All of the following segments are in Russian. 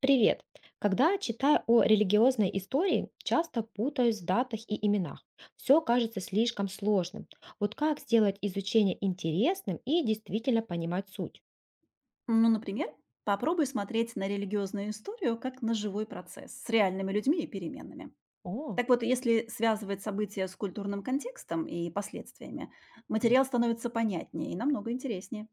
Привет! Когда читаю о религиозной истории, часто путаюсь в датах и именах. Все кажется слишком сложным. Вот как сделать изучение интересным и действительно понимать суть? Ну, например, попробуй смотреть на религиозную историю как на живой процесс с реальными людьми и переменами. О, Так вот, если связывать события с культурным контекстом и последствиями, материал становится понятнее и намного интереснее.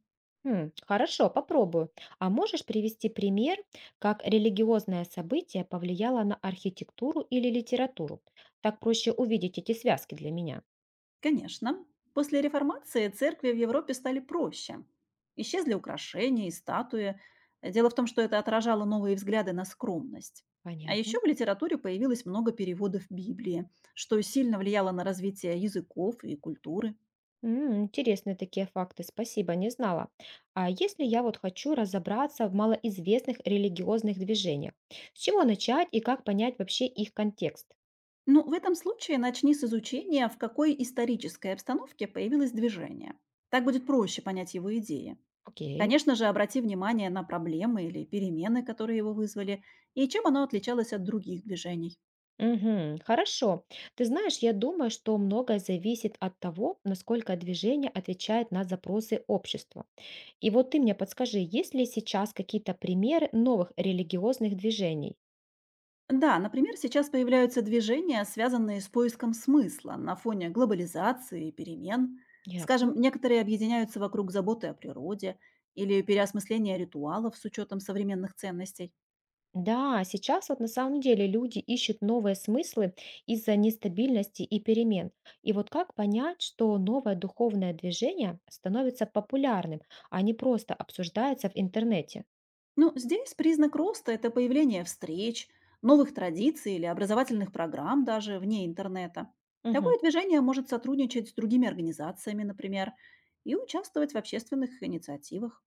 хм, хорошо, попробую. А можешь привести пример, как религиозное событие повлияло на архитектуру или литературу? Так проще увидеть эти связки для меня. Конечно, после реформации церкви в Европе стали проще. Исчезли украшения и статуи. Дело в том, что это отражало новые взгляды на скромность. А еще Понятно. в литературе появилось много переводов Библии, что сильно влияло на развитие языков и культуры. М, интересные такие факты, спасибо, не знала. А если я вот хочу разобраться в малоизвестных религиозных движениях, с чего начать и как понять вообще их контекст? Ну, в этом случае начни с изучения, в какой исторической обстановке появилось движение. Так будет проще понять его идеи. Окей. Конечно же, обрати внимание на проблемы или перемены, которые его вызвали, и чем оно отличалось от других движений. Угу, хорошо. Ты знаешь, я думаю, что многое зависит от того, насколько движение отвечает на запросы общества. И вот ты мне подскажи, есть ли сейчас какие-то примеры новых религиозных движений? Да, например, сейчас появляются движения, связанные с поиском смысла на фоне глобализации и перемен. Скажем, Ясно. некоторые объединяются вокруг заботы о природе или переосмысления ритуалов с учетом современных ценностей. Да, а сейчас вот на самом деле люди ищут новые смыслы из-за нестабильности и перемен. И вот как понять, что новое духовное движение становится популярным, а не просто обсуждается в интернете? Ну, здесь признак роста– это появление встреч, новых традиций или образовательных программ даже вне интернета. Мгм. Такое движение может сотрудничать с другими организациями, например, и участвовать в общественных инициативах.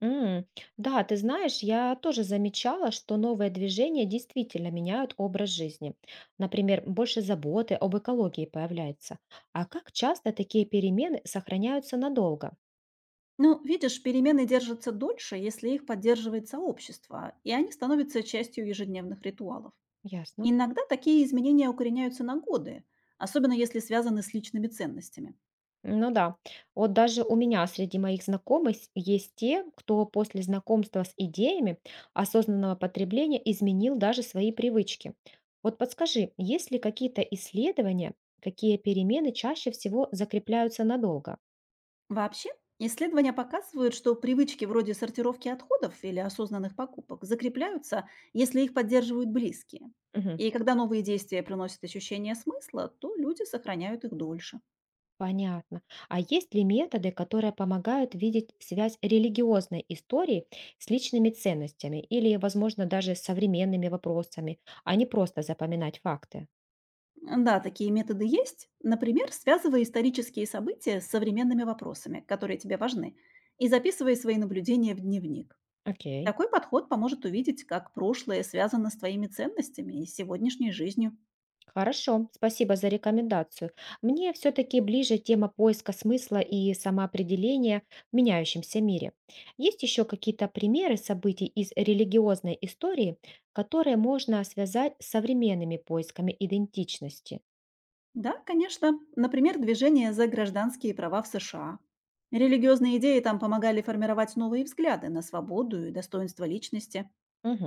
М, да, ты знаешь, я тоже замечала, что новые движения действительно меняют образ жизни. Например, больше заботы об экологии появляется. А как часто такие перемены сохраняются надолго? Ну, видишь, перемены держатся дольше, если их поддерживает сообщество, и они становятся частью ежедневных ритуалов. Ясно. Иногда такие изменения укореняются на годы, особенно если связаны с личными ценностями. Ну да. Вот даже у меня среди моих знакомых есть те, кто после знакомства с идеями осознанного потребления изменил даже свои привычки. Вот подскажи, есть ли какие-то исследования, какие перемены чаще всего закрепляются надолго? Вообще, исследования показывают, что привычки вроде сортировки отходов или осознанных покупок закрепляются, если их поддерживают близкие. Мгм. И когда новые действия приносят ощущение смысла, то люди сохраняют их дольше. Понятно. А есть ли методы, которые помогают видеть связь религиозной истории с личными ценностями или, возможно, даже с современными вопросами, а не просто запоминать факты? Да, такие методы есть. Например, связывая исторические события с современными вопросами, которые тебе важны, и записывая свои наблюдения в дневник. Окей. Такой подход поможет увидеть, как прошлое связано с твоими ценностями и сегодняшней жизнью. Хорошо, спасибо за рекомендацию. Мне все-таки ближе тема поиска смысла и самоопределения в меняющемся мире. Есть еще какие-то примеры событий из религиозной истории, которые можно связать с современными поисками идентичности? Да, конечно. Например, движение за гражданские права в США. Религиозные идеи там помогали формировать новые взгляды на свободу и достоинство личности.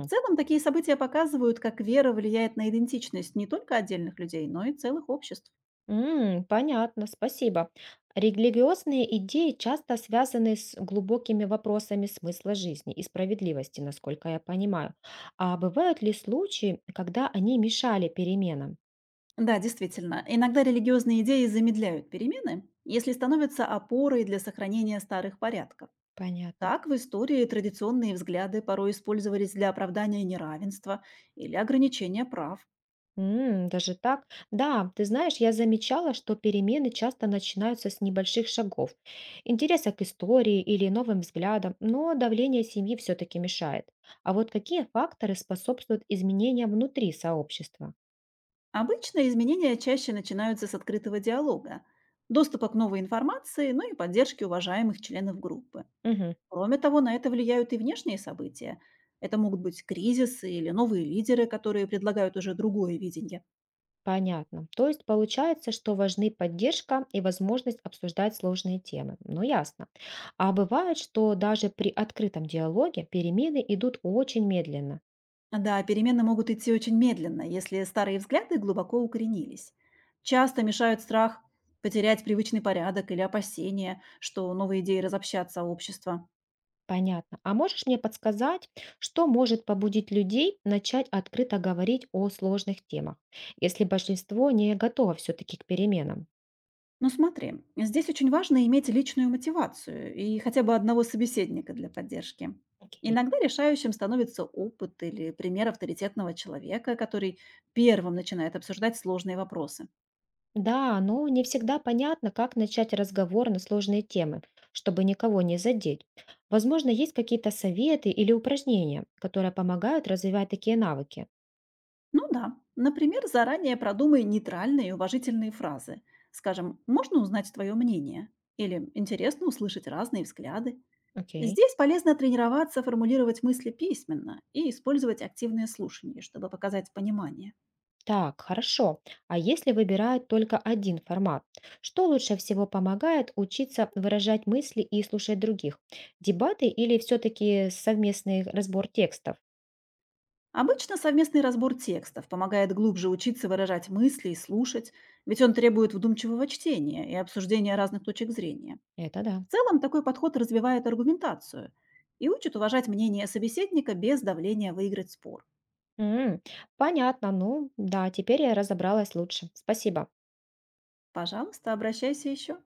В целом, такие события показывают, как вера влияет на идентичность не только отдельных людей, но и целых обществ. М, понятно, спасибо. Религиозные идеи часто связаны с глубокими вопросами смысла жизни и справедливости, насколько я понимаю. А бывают ли случаи, когда они мешали переменам? Да, действительно, иногда религиозные идеи замедляют перемены, если становятся опорой для сохранения старых порядков. Понятно. Так в истории традиционные взгляды порой использовались для оправдания неравенства или ограничения прав. М, даже так? Да, ты знаешь, я замечала, что перемены часто начинаются с небольших шагов, интереса к истории или новым взглядам, но давление семьи все-таки мешает. А вот какие факторы способствуют изменениям внутри сообщества? Обычно изменения чаще начинаются с открытого диалога, доступа к новой информации, ну и поддержки уважаемых членов группы. Мгм, Кроме того, на это влияют и внешние события. Это могут быть кризисы или новые лидеры, которые предлагают уже другое видение. понятно. То есть получается, что важны поддержка и возможность обсуждать сложные темы. Ну, ясно. А бывает, что даже при открытом диалоге перемены идут очень медленно. Да, перемены могут идти очень медленно, если старые взгляды глубоко укоренились. Часто мешают страх потерять привычный порядок или опасения, что новые идеи разобщат сообщество. Понятно. А можешь мне подсказать, что может побудить людей начать открыто говорить о сложных темах, если большинство не готово все-таки к переменам? Ну смотри, здесь очень важно иметь личную мотивацию и хотя бы одного собеседника для поддержки. Окей. Иногда решающим становится опыт или пример авторитетного человека, который первым начинает обсуждать сложные вопросы. Да, но не всегда понятно, как начать разговор на сложные темы, чтобы никого не задеть. Возможно, есть какие-то советы или упражнения, которые помогают развивать такие навыки. Ну да, например, заранее продумай нейтральные и уважительные фразы. Скажем, можно узнать твое мнение? Или интересно услышать разные взгляды? Окей. Здесь полезно тренироваться, формулировать мысли письменно и использовать активное слушание, чтобы показать понимание. Так, хорошо. А если выбирают только один формат, что лучше всего помогает учиться выражать мысли и слушать других? Дебаты или все-таки совместный разбор текстов? Обычно совместный разбор текстов помогает глубже учиться выражать мысли и слушать, ведь он требует вдумчивого чтения и обсуждения разных точек зрения. Это да. В целом такой подход развивает аргументацию и учит уважать мнение собеседника без давления выиграть спор. М, понятно, ну да, теперь я разобралась лучше. Спасибо. Пожалуйста, обращайся еще.